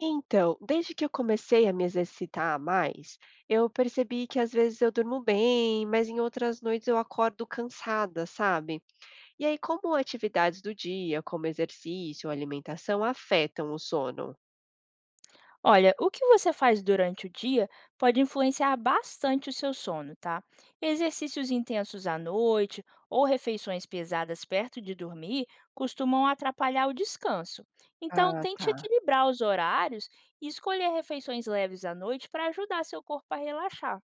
Então, desde que eu comecei a me exercitar mais, eu percebi que às vezes eu durmo bem, mas em outras noites eu acordo cansada, sabe? E aí, como atividades do dia, como exercício, alimentação, afetam o sono? Olha, o que você faz durante o dia pode influenciar bastante o seu sono, tá? Exercícios intensos à noite ou refeições pesadas perto de dormir costumam atrapalhar o descanso. Então, Ah, tente tá. equilibrar os horários e escolher refeições leves à noite para ajudar seu corpo a relaxar.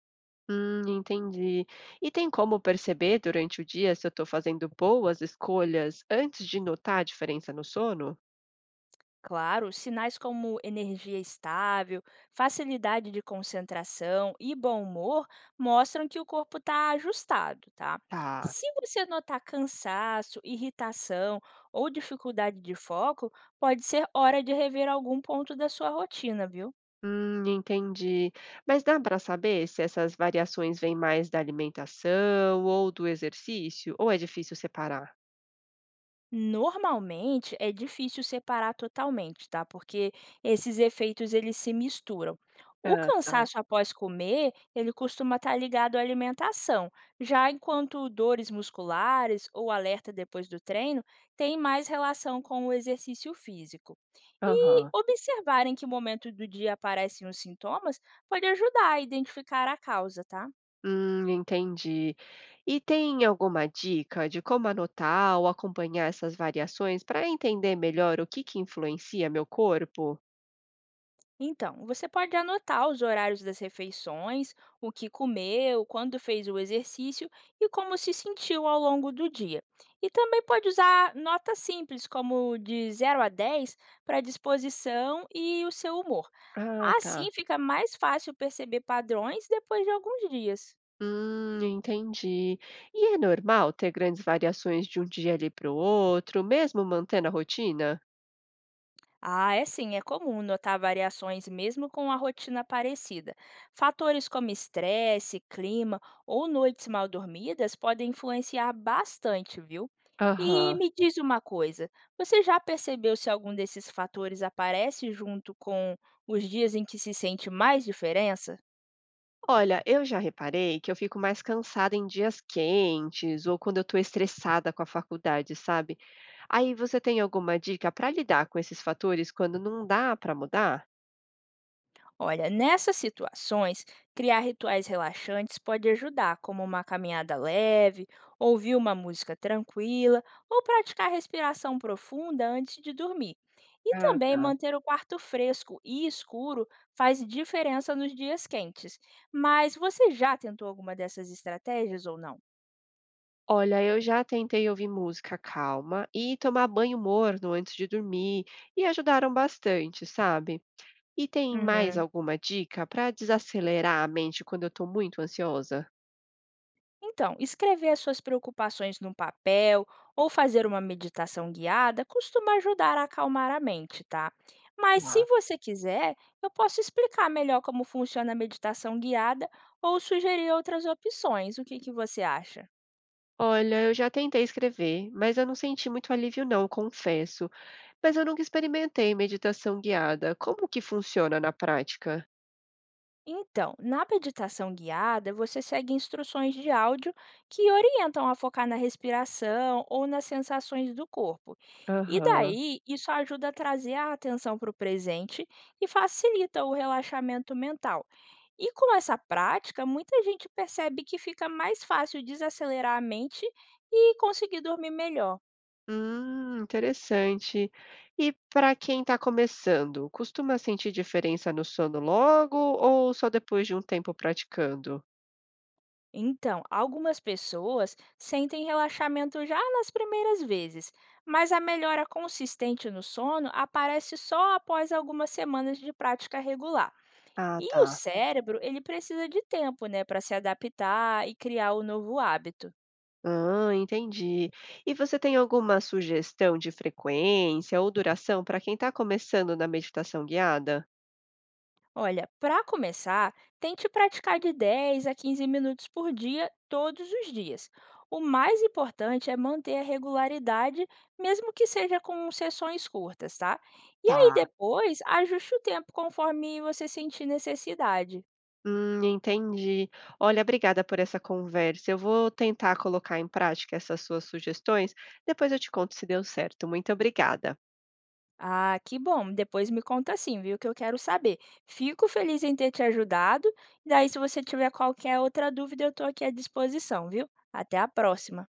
Entendi. E tem como perceber durante o dia se eu estou fazendo boas escolhas antes de notar a diferença no sono? Claro, sinais como energia estável, facilidade de concentração e bom humor mostram que o corpo está ajustado, tá? Tá. Se você notar cansaço, irritação ou dificuldade de foco, pode ser hora de rever algum ponto da sua rotina, viu? Entendi. Mas dá para saber se essas variações vêm mais da alimentação ou do exercício? Ou é difícil separar? Normalmente é difícil separar totalmente, tá? Porque esses efeitos eles se misturam. O Ah, tá. cansaço após comer, ele costuma estar ligado à alimentação, já enquanto dores musculares ou alerta depois do treino têm mais relação com o exercício físico. E Aham. observar em que momento do dia aparecem os sintomas pode ajudar a identificar a causa, tá? Entendi. E tem alguma dica de como anotar ou acompanhar essas variações para entender melhor o que que influencia meu corpo? Então, você pode anotar os horários das refeições, o que comeu, quando fez o exercício e como se sentiu ao longo do dia. E também pode usar notas simples, como de zero a 10, para disposição e o seu humor. Ah, Assim tá. fica mais fácil perceber padrões depois de alguns dias. Entendi. E é normal ter grandes variações de um dia ali para o outro, mesmo mantendo a rotina? Ah, é sim, é comum notar variações mesmo com a rotina parecida. Fatores como estresse, clima ou noites mal dormidas podem influenciar bastante, viu? E Aham. me diz uma coisa, você já percebeu se algum desses fatores aparece junto com os dias em que se sente mais diferença? Olha, eu já reparei que eu fico mais cansada em dias quentes ou quando eu estou estressada com a faculdade, sabe? Aí você tem alguma dica para lidar com esses fatores quando não dá para mudar? Olha, nessas situações, criar rituais relaxantes pode ajudar, como uma caminhada leve, ouvir uma música tranquila ou praticar respiração profunda antes de dormir. E Ah, também tá. manter o quarto fresco e escuro faz diferença nos dias quentes. Mas você já tentou alguma dessas estratégias ou não? Olha, eu já tentei ouvir música calma e tomar banho morno antes de dormir e ajudaram bastante, sabe? E tem mais Uhum. alguma dica para desacelerar a mente quando eu estou muito ansiosa? Então, escrever as suas preocupações num papel ou fazer uma meditação guiada costuma ajudar a acalmar a mente, tá? Mas se Tá. você quiser, eu posso explicar melhor como funciona a meditação guiada ou sugerir outras opções. O que, que você acha? Olha, eu já tentei escrever, mas eu não senti muito alívio, não, confesso. Mas eu nunca experimentei meditação guiada. Como que funciona na prática? Então, na meditação guiada, você segue instruções de áudio que orientam a focar na respiração ou nas sensações do corpo. E Aham. daí, isso ajuda a trazer a atenção para o presente e facilita o relaxamento mental. E com essa prática, muita gente percebe que fica mais fácil desacelerar a mente e conseguir dormir melhor. Interessante. E para quem está começando, costuma sentir diferença no sono logo ou só depois de um tempo praticando? Então, algumas pessoas sentem relaxamento já nas primeiras vezes, mas a melhora consistente no sono aparece só após algumas semanas de prática regular. Ah, E tá. o cérebro, ele precisa de tempo, né, para se adaptar e criar o novo hábito. Ah, entendi. E você tem alguma sugestão de frequência ou duração para quem está começando na meditação guiada? Olha, para começar, tente praticar de 10 a 15 minutos por dia, todos os dias. O mais importante é manter a regularidade, mesmo que seja com sessões curtas, tá? E aí Tá. depois, ajuste o tempo conforme você sentir necessidade. Entendi. Olha, obrigada por essa conversa. Eu vou tentar colocar em prática essas suas sugestões. Depois eu te conto se deu certo. Muito obrigada. Ah, que bom. Depois me conta assim, viu? Que eu quero saber. Fico feliz em ter te ajudado. Daí, se você tiver qualquer outra dúvida, eu estou aqui à disposição, viu? Até a próxima.